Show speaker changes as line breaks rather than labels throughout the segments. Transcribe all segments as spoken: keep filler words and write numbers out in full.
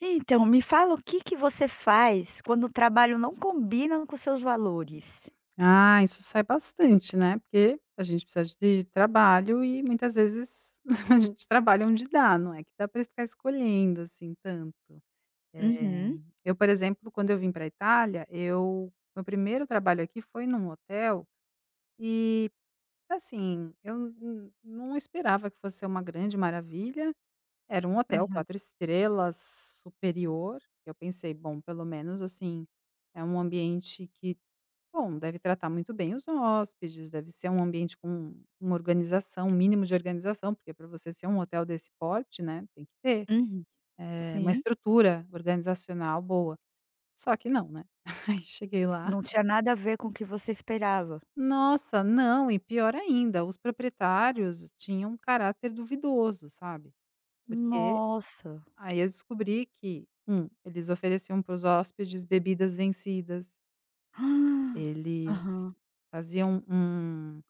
Então, me fala o que que você faz quando o trabalho não combina com seus valores?
Ah, isso sai bastante, né, porque a gente precisa de trabalho e muitas vezes a gente trabalha onde dá, não é que dá para ficar escolhendo, assim, tanto. Eh,
Uhum.
eu, por exemplo, quando eu vim pra Itália, eu meu primeiro trabalho aqui foi num hotel e, assim, eu n não esperava que fosse ser uma grande maravilha, era um hotel
Aham.
quatro estrelas superior. Eu pensei: "Bom, pelo menos, assim, é um ambiente que, bom, deve tratar muito bem os hóspedes, deve ser um ambiente com uma organização, um mínimo de organização, porque para você ser um hotel desse porte, né, tem que ter,
Uhum.
eh, uma
Sim.
estrutura organizacional boa." Só que não, né. Aí cheguei lá,
Não tinha nada a ver com o que você esperava.
nossa, não, e pior ainda, os proprietários tinham um caráter duvidoso, sabe. Porque
Nossa.
aí eu descobri que, um, eles ofereciam para os hóspedes bebidas vencidas,
Ah.
eles
Aham.
faziam um,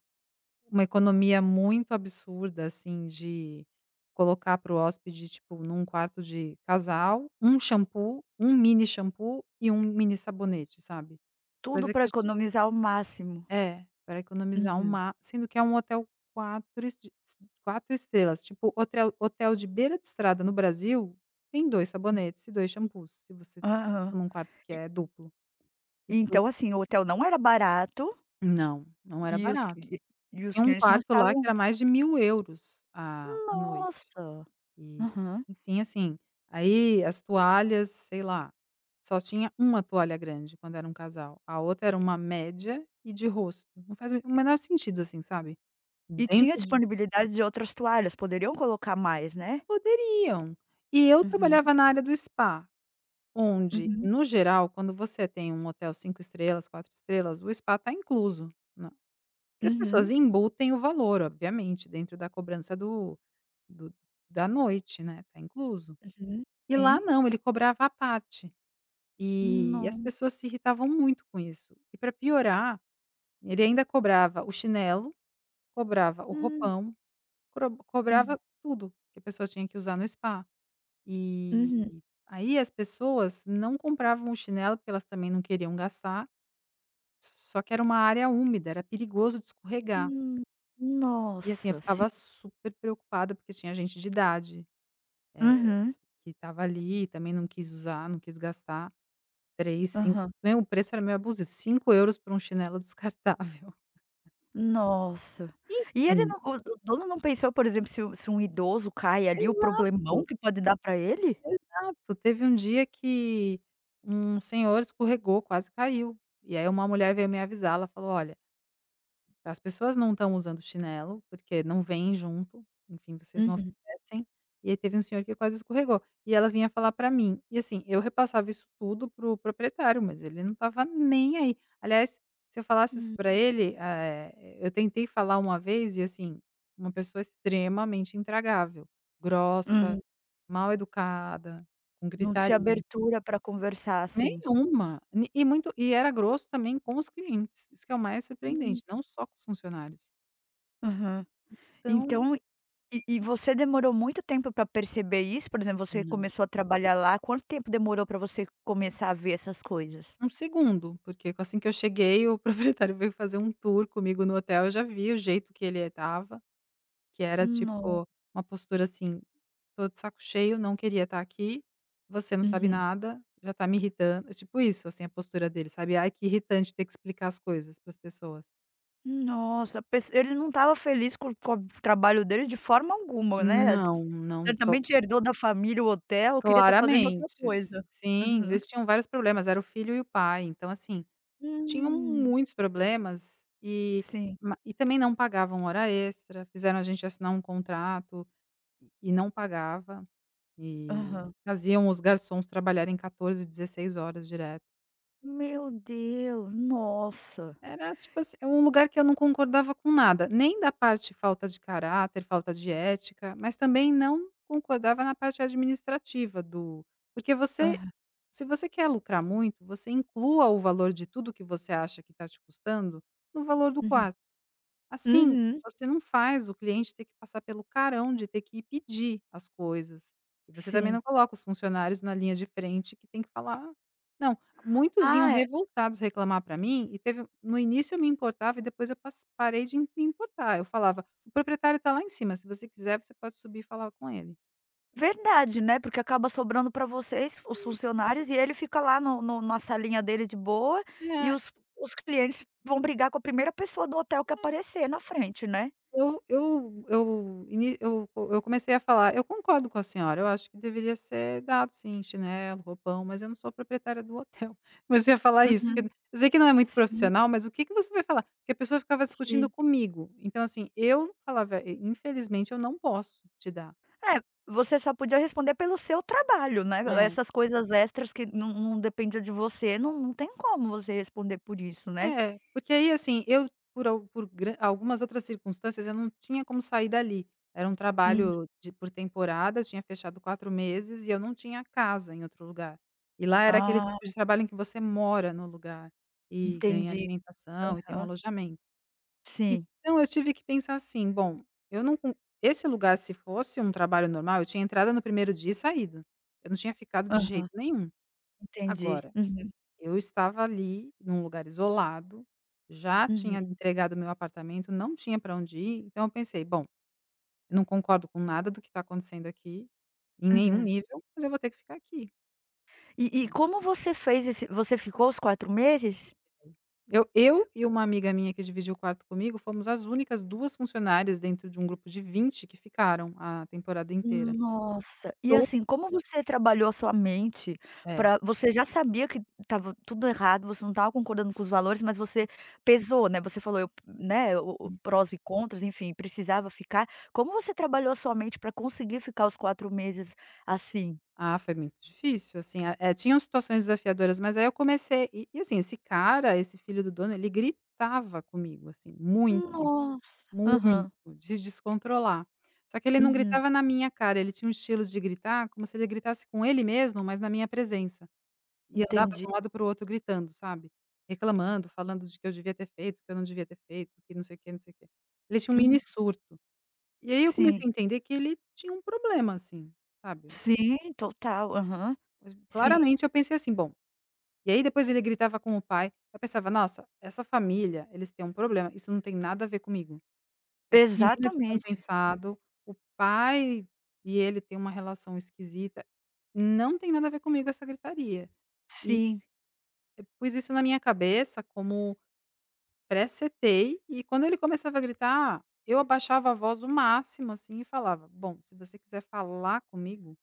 uma economia muito absurda, assim, de colocar para o hóspede, tipo, num quarto de casal, um shampoo, um mini shampoo e um mini sabonete, sabe.
Tudo
Coisa que
para
a gente
economizar ao máximo.
é, para economizar, o
Uhum.
sendo que é um hotel quatro est quatro estrelas, tipo, hotel hotel de beira de estrada no Brasil tem dois sabonetes e dois shampoos, se você
Aham.
for num quarto que é duplo. E
E
du
então, assim, o hotel não era barato
Não, não era
e os
barato.
cli e os
Tinha um
clientes não
quarto lá que
estavam.
era mais de mil euros a a noite.
Nossa.
E,
Aham.
enfim, assim, aí as toalhas, sei lá, só tinha uma toalha grande quando era um casal, a outra era uma média e de rosto, não faz o menor sentido, assim, sabe,
E tinha
dentro de,
disponibilidade de outras toalhas, poderiam colocar mais, né?
poderiam. E eu
Uhum.
trabalhava na área do spa, onde,
Uhum.
no geral, quando você tem um hotel cinco estrelas, quatro estrelas, o spa está incluso, na, porque as pessoas
Uhum,
embutem o valor, obviamente, dentro da cobrança do do da noite, né, está incluso.
uhum,
E lá
sim.
não, ele cobrava à parte. E
No
as pessoas se irritavam muito com isso. E para piorar, ele ainda cobrava o chinelo, cobrava o
Hum.
roupão, cro
Hum.
cobrava tudo que a pessoa tinha que usar no spa. E
Uhum.
aí as pessoas não compravam o chinelo, porque elas também não queriam gastar, só que era uma área úmida, era perigoso de escorregar.
Hum.
E assim, eu
Nossa. Sim.
ficava super preocupada, porque tinha gente de idade, eh,
Aham,
que estava ali e também não quis usar, não quis gastar. Três, cinco,
aham.
né, o preço era meio abusivo, cinco euros por um chinelo descartável.
Nossa. E ele
Enfim,
não o o dono não pensou, por exemplo, se um se um idoso cai ali, o problemão
exato,
que pode dar pra ele?
exato. Teve um dia que um senhor escorregou, quase caiu, e aí uma mulher veio me avisar, ela falou: "Olha, as pessoas não estão usando chinelo, porque não vem junto, enfim, vocês não
Uhum,
oferecem. E aí teve um senhor que quase escorregou", e ela vinha falar pra mim. E assim, eu repassava isso tudo pro proprietário, mas ele não estava nem aí. Aliás, se eu falasse isso
hum,
pra ele, eh, eu tentei falar uma vez e assim, uma pessoa extremamente intragável, grossa,
uhum.
mal educada, com
Não tinha
gritaria.
abertura pra conversar, assim.
Nenhuma. Ni E muito, e era grosso também com os clientes, isso que é o mais
Hum,
surpreendente, não só com os funcionários.
aham.
Então
Então, e e você demorou muito tempo pra perceber isso? Por exemplo, você
não,
começou a trabalhar lá, quanto tempo demorou pra você começar a ver essas coisas?
um segundo, porque assim que eu cheguei o proprietário veio fazer um tour comigo no hotel, eu já vi o jeito que ele estava, que era
No
tipo, uma postura assim: "Tô de saco cheio, não queria estar aqui, você não sabe
Uhum.
nada, já tá me irritando", é tipo isso, assim, a postura dele, sabe. Ai, que irritante ter que explicar as coisas para as pessoas.
Nossa, pes ele não estava feliz com com o trabalho dele de forma alguma, né,
Não, não, cla
certamente herdou da família o hotel, queria estar fazendo outra
claramente.
coisa.
Sim,
Uhum.
eles tinham vários problemas, era o filho e o pai, então assim, tinham
Hum.
muitos problemas e
Sim.
ma e também não pagavam hora extra, fizeram a gente assinar um contrato e não pagava, e
Aham.
faziam os garçons trabalharem catorze, dezesseis horas direto.
Meu Deus, nossa.
Era, tipo assim, um lugar que eu não concordava com nada, nem da parte falta de caráter, falta de ética, mas também não concordava na parte administrativa do, porque você,
Aham.
se você quer lucrar muito, você inclua o valor de tudo que você acha que está te custando no valor do
Uhum.
quarto. Assim,
Uhum,
você não faz o cliente ter que passar pelo carão de ter que ir pedir as coisas. E você também
sim.
não coloca os funcionários na linha de frente que tem que falar não, muitos vinham
Ah, é
revoltados reclamar para mim e teve, no início eu me importava e depois eu pas parei de me importar. Eu falava: "O proprietário tá lá em cima, se você quiser você pode subir e falar com ele".
verdade, né, porque acaba sobrando para vocês, os funcionários, e ele fica lá no no na salinha dele de boa, e
É.
os os clientes vão brigar com a primeira pessoa do hotel que aparecer na frente, né.
Eu eu eu ini eu eu comecei a falar: "Eu concordo com a senhora, eu acho que deveria ser dado sim, chinelo, roupão, mas eu não sou proprietária do hotel". Comecei a falar isso, que
Uhum.
eu sei que não é muito
Sim,
profissional, mas o que que você vai falar? Porque a pessoa ficava discutindo
sim.
comigo. Então, assim, eu falava: "Eh, Infelizmente eu não posso te dar".
É, você só podia responder pelo seu trabalho, né,
Né,
essas coisas extras que não não dependia de você, não não tem como você responder por isso, né.
é, porque aí, assim, eu, por al por gran algumas outras circunstâncias, eu não tinha como sair dali. Era um
Uhum.
trabalho de, por temporada, eu tinha fechado quatro meses e eu não tinha casa em outro lugar. E lá era aquele
Ah,
tipo de trabalho em que você mora no lugar e ganha
entendi.
alimentação e tem um
Aham.
alojamento.
Sim.
Então eu tive que pensar assim: "Bom, eu não con, esse lugar, se fosse um trabalho normal, eu tinha entrado no primeiro dia e saído. Eu não tinha ficado de jeito
Aham.
nenhum."
Entendi.
Agora
Uhum,
eu estava ali, num lugar isolado, já tinha
uhum,
entregado meu apartamento, não tinha para onde ir, então eu pensei: "Bom, eu não concordo com nada do que está acontecendo aqui, em nenhum
uhum.
nível, mas eu vou ter que ficar aqui",
E e
né.
como você fez esse você ficou os quatro meses?
Eu eu e uma amiga minha que dividiu o quarto comigo, fomos as únicas duas funcionárias dentro de um grupo de vinte que ficaram a temporada inteira.
Nossa! E
To
assim, como você trabalhou a sua mente
É.
para você já sabia que estava tudo errado, você não estava concordando com os valores, mas você pesou, né, você falou eu né, o o prós e contras, enfim, precisava ficar. Como você trabalhou a sua mente para conseguir ficar os quatro meses assim?
Ah, foi muito difícil, assim, a eh, tinham situações desafiadoras, mas aí eu comecei e e assim, esse cara, esse filho do dono, ele gritava comigo, assim, muito.
Nossa!
Muito,
Aham.
de descontrolar. Só que ele não
Uhum.
gritava na minha cara, ele tinha um estilo de gritar como se ele gritasse com ele mesmo, mas na minha presença. E andava
Entendi.
de um lado para o outro gritando, sabe, reclamando, falando de que eu devia ter feito, que eu não devia ter feito, que não sei o quê, não sei o quê. Ele tinha um
Uhum.
mini surto. E aí eu
Sim.
comecei a entender que ele tinha um problema, assim, sabe.
Sim, total. Aham.
Mas,
Sim.
claramente eu pensei assim: "Bom", e aí depois ele gritava com o pai, eu pensava: "Nossa, essa família, eles têm um problema, isso não tem nada a ver comigo. Esse menino é
Exatamente.
descompensado, o pai e ele têm uma relação esquisita, não tem nada a ver comigo essa gritaria." E
Sim.
eu pus isso na minha cabeça como, presetei, e quando ele começava a gritar, eu abaixava a voz o máximo, assim, e falava: "Bom, se você quiser falar comigo,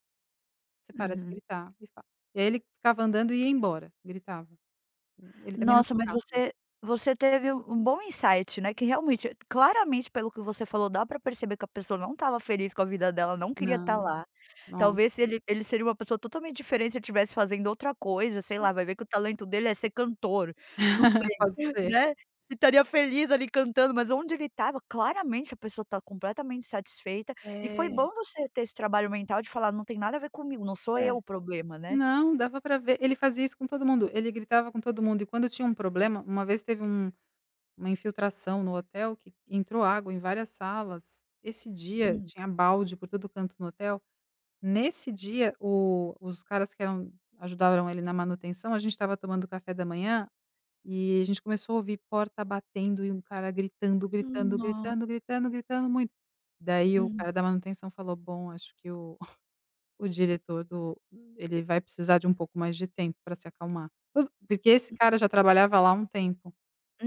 você para de
Uhum.
gritar e fala". E aí ele ficava andando e ia embora, gritava. Ele também não
Nossa, mas
ficava.
você você teve um um bom insight, né, que realmente claramente pelo que você falou, dá pra perceber que a pessoa não estava feliz com a vida dela, não queria estar
Não,
lá.
não.
Talvez se ele ele seria uma pessoa totalmente diferente se ele estivesse fazendo outra coisa, sei lá, vai ver que o talento dele é ser cantor, não sei,
Pode ser.
né, e estaria feliz ali cantando, mas onde ele estava, claramente a pessoa tá completamente insatisfeita, e foi
É,
bom você ter esse trabalho mental de falar: "Não tem nada a ver comigo, não sou
é.
eu o problema", né.
Não, dava pra ver. Ele fazia isso com todo mundo, ele gritava com todo mundo e quando tinha um problema, uma vez teve um uma infiltração no hotel que entrou água em várias salas. Esse dia
Hum.
tinha balde por todo canto no hotel. Nesse dia o, os caras que eram, ajudaram ele na manutenção, a gente estava tomando café da manhã e a gente começou a ouvir porta batendo e um cara gritando,
Hum,
gritando,
nó.
gritando, gritando, gritando muito. Daí o
Uhum.
cara da manutenção falou: "Bom, acho que o o diretor do, ele vai precisar de um pouco mais de tempo para se acalmar." Por porque esse cara já trabalhava lá há um tempo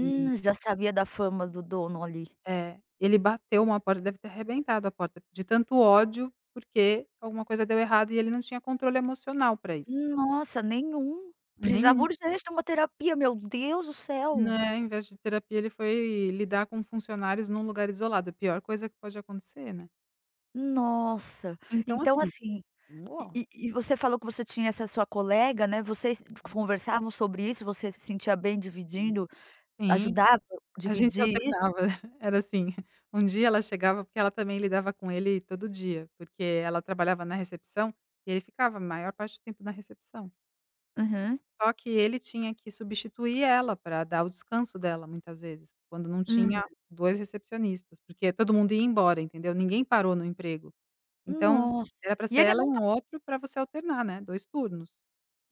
e
já sabia da fama do dono ali.
é, ele bateu uma porta, deve ter arrebentado a porta, de tanto ódio, porque alguma coisa deu errado e ele não tinha controle emocional para isso.
Nossa, nenhum.
Nenhum,
Precisava urgente de uma terapia, meu Deus do céu.
né, em vez de terapia ele foi lidar com funcionários num lugar isolado, é a pior coisa que pode acontecer, né.
Nossa.
Então
Então
assim,
assim,
nó.
e e e você falou que você tinha essa sua colega, né, vocês conversavam sobre isso, você se sentia bem dividindo,
Sim.
ajudava a
A gente
dividir isso?
alternava, era assim, um dia ela chegava porque ela também lidava com ele todo dia, porque ela trabalhava na recepção e ele ficava a maior parte do tempo na recepção.
Aham,
Só que ele tinha que substituir ela para dar o descanso dela muitas vezes, quando não
uhum.
tinha dois recepcionistas, porque todo mundo ia embora, entendeu, ninguém parou no emprego. Então,
Nossa.
era para
E
ser
ele
ela e
nunca
um outro para você alternar, né, dois turnos.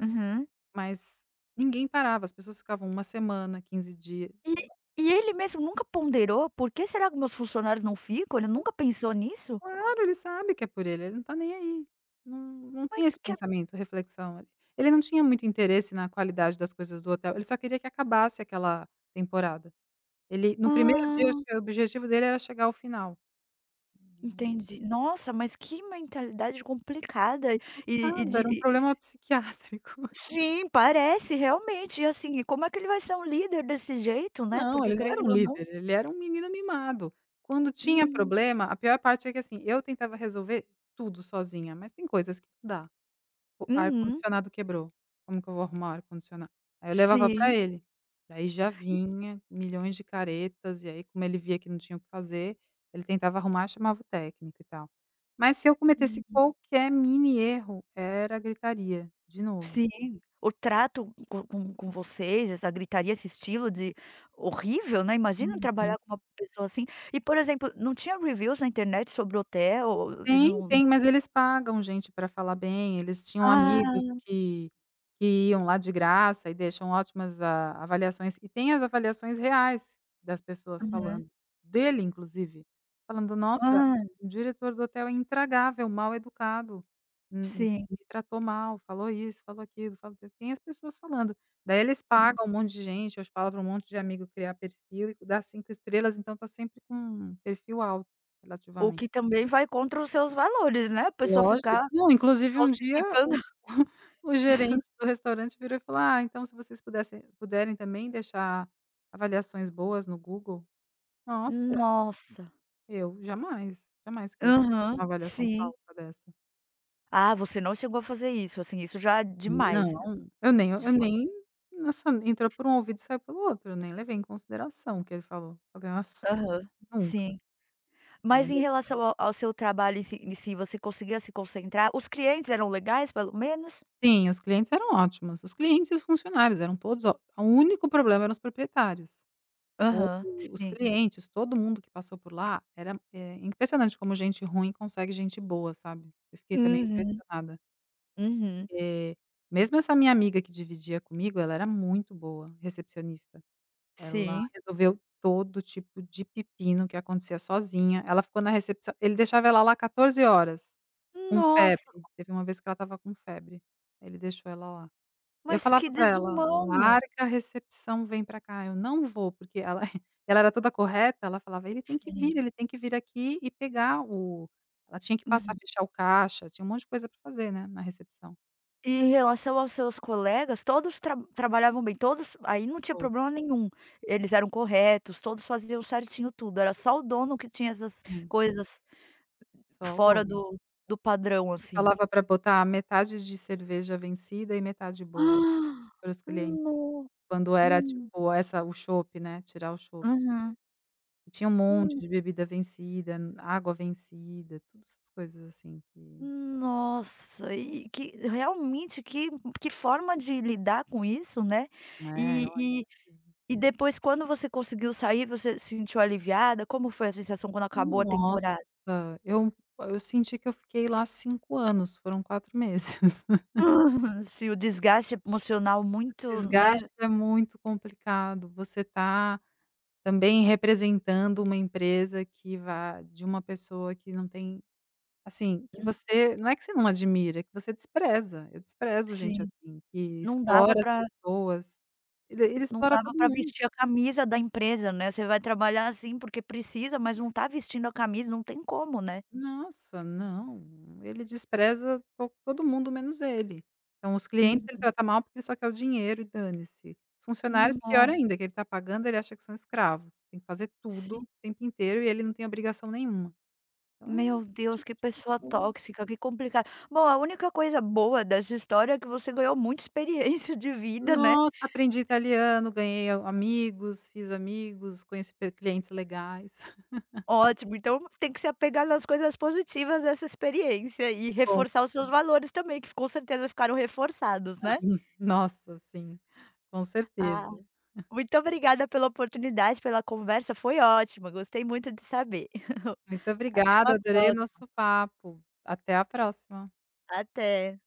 Uhum.
Mas ninguém parava, as pessoas ficavam uma semana, quinze dias.
E e ele mesmo nunca ponderou, por que será que meus funcionários não ficam? Ele nunca pensou nisso?
Claro, ele sabe que é por ele, ele não tá nem aí. Não, não tem
Mas
esse
que
pensamento, reflexão. Ele não tinha muito interesse na qualidade das coisas do hotel, ele só queria que acabasse aquela temporada. Ele no primeiro dia, acho
Ah.
que o objetivo dele era chegar ao final.
Entendi. Nossa, mas que mentalidade complicada. E e
Nada,
de
era um
e
problema psiquiátrico.
Sim, parece realmente, e assim, e como é que ele vai ser um líder desse jeito, né,
Não,
porque
ele não era um
querendo ou não.
líder, ele era um menino mimado. Quando tinha
Uhum,
problema, a pior parte é que, assim, eu tentava resolver tudo sozinha, mas tem coisas que não dá. O
uhum,
ar-condicionado quebrou, como que eu vou arrumar o ar-condicionado? Aí eu levava pra
sim,
ele, daí já
e
vinha milhões de caretas, e aí como ele via que não tinha o que fazer, ele tentava arrumar, chamava o técnico e tal. Mas se eu cometesse
hum,
qualquer mini erro, era gritaria, de novo.
sim, o trato com com com vocês, essa gritaria, esse estilo de horrível, né, imagina
Uhum.
trabalhar com uma pessoa assim. E, por exemplo, não tinha reviews na internet sobre o hotel?
Tem,
Não, não.
tem, mas eles pagam gente pra falar bem, eles tinham
Ah,
amigos que que iam lá de graça e deixam ótimas a avaliações, e tem as avaliações reais das pessoas
aham.
falando, dele inclusive, falando: "Nossa,
Hã,
o diretor do hotel é intragável, mal educado, hum,
sim.
me tratou mal, falou isso, falou aquilo, falou" desse". Tem as pessoas falando. Daí eles pagam um monte de gente, eu falo pra um monte de amigo criar perfil e dar cinco estrelas, então tá sempre com um perfil alto,
O
relativamente.
que também vai contra os seus valores, né, a pessoa
Lógico.
ficar
Não, inclusive um dia
falsificando.
o o gerente do restaurante virou e falou: "Ah, então se vocês pudessem puderem também deixar avaliações boas no Google". Nossa,
Nossa.
eu jamais, jamais que eu ia fazer
Aham,
uma avaliação
sim.
falsa dessa.
"Ah, você não chegou a fazer isso", assim, isso já é demais.
Não,
De
eu nem eu
fo
nem nossa, entrou por um ouvido e saiu pelo outro, eu nem levei em consideração o que ele falou. Falei: "Nossa,
Aham,
nunca".
sim. Mas
Mas
em
eh
relação ao ao seu trabalho em si em si, você conseguia se concentrar? Os clientes eram legais, pelo menos?
sim, os clientes eram ótimos, os clientes e os funcionários eram todos ó o único problema eram os proprietários. O
Aham,
os
sim.
clientes, todo mundo que passou por lá, era, eh, impressionante como gente ruim consegue gente boa, sabe. Eu fiquei também
Uhum,
impressionada.
uhum,
Eh, Mesmo essa minha amiga que dividia comigo, ela era muito boa recepcionista. Ela
sim.
resolveu todo tipo de pepino que acontecia sozinha. Ela ficou na recepção, ele deixava ela lá catorze horas com
Nossa,
febre. Teve uma vez que ela estava com febre, ele deixou ela lá. Eu
mas que
falava pra ela:
desumano.
"Larga a recepção, vem pra cá", eu: "Não vou", porque ela ela era toda correta, ela falava: "Ele tem que
Sim.
vir, ele tem que vir aqui e pegar o". Ela tinha que passar,
Uhum.
fechar o caixa, tinha um monte de coisa pra fazer, né, na recepção.
E em relação aos seus colegas, todos tra trabalhavam bem, todos aí não tinha
Todo,
problema nenhum, eles eram corretos, todos faziam certinho tudo, era só o dono que tinha essas
sim,
coisas
só o
fora
dono.
do do padrão,
E
assim.
falava pra botar metade de cerveja vencida e metade boa
Ah!
para os clientes.
No
Quando era,
Hum,
tipo, essa o chopp, né, tirar o chopp.
aham.
E tinha um monte
Hum,
de bebida vencida, água vencida, todas essas coisas assim que
nossa, e que realmente que que forma de lidar com isso, né.
né,
E
olha.
e e depois quando você conseguiu sair, você se sentiu aliviada? Como foi a sensação quando acabou a temporada?
Nossa, eu eu senti que eu fiquei lá cinco anos, foram quatro meses.
Uhum. Sim, o desgaste emocional
O
muito, né.
desgaste é muito complicado, você tá também representando uma empresa que vai de uma pessoa que não tem, assim, que
Hum.
você não é que você não admira, é que você despreza. Eu desprezo gente
Sim.
assim, que
Não
explora
dava
as
pra
pessoas, ele ele
não
explora
dava
todo
pra
mundo.
vestir a camisa da empresa, né. Você vai trabalhar, assim, porque precisa, mas não tá vestindo a camisa, não tem como, né.
Nossa, não, ele despreza to todo mundo menos ele. Então os clientes ele
Uhum.
trata mal porque ele só quer o dinheiro e dane-se. Os funcionários pior
No
ainda, que ele está pagando, ele acha que são escravos, tem que fazer
Sim.
tudo o tempo inteiro e ele não tem obrigação nenhuma. Então,
Meu Deus,
tipo
que
de
pessoa
pessoa,
tóxica, que complicado. Bom, a única coisa boa dessa história é que você ganhou muita experiência de vida, né.
nossa, aprendi italiano, ganhei a amigos, fiz amigos, conheci pe clientes legais.
Ótimo, então tem que se apegar nas coisas positivas dessa experiência e
Bom,
reforçar os seus valores também, que com certeza ficaram reforçados, né.
nossa, sim, com
Ah.
certeza.
Muito obrigada pela oportunidade, pela conversa, foi ótima, gostei muito de saber.
Muito
Até
obrigada,
uma
adorei o
próxima,
nosso papo. Até a próxima.
até.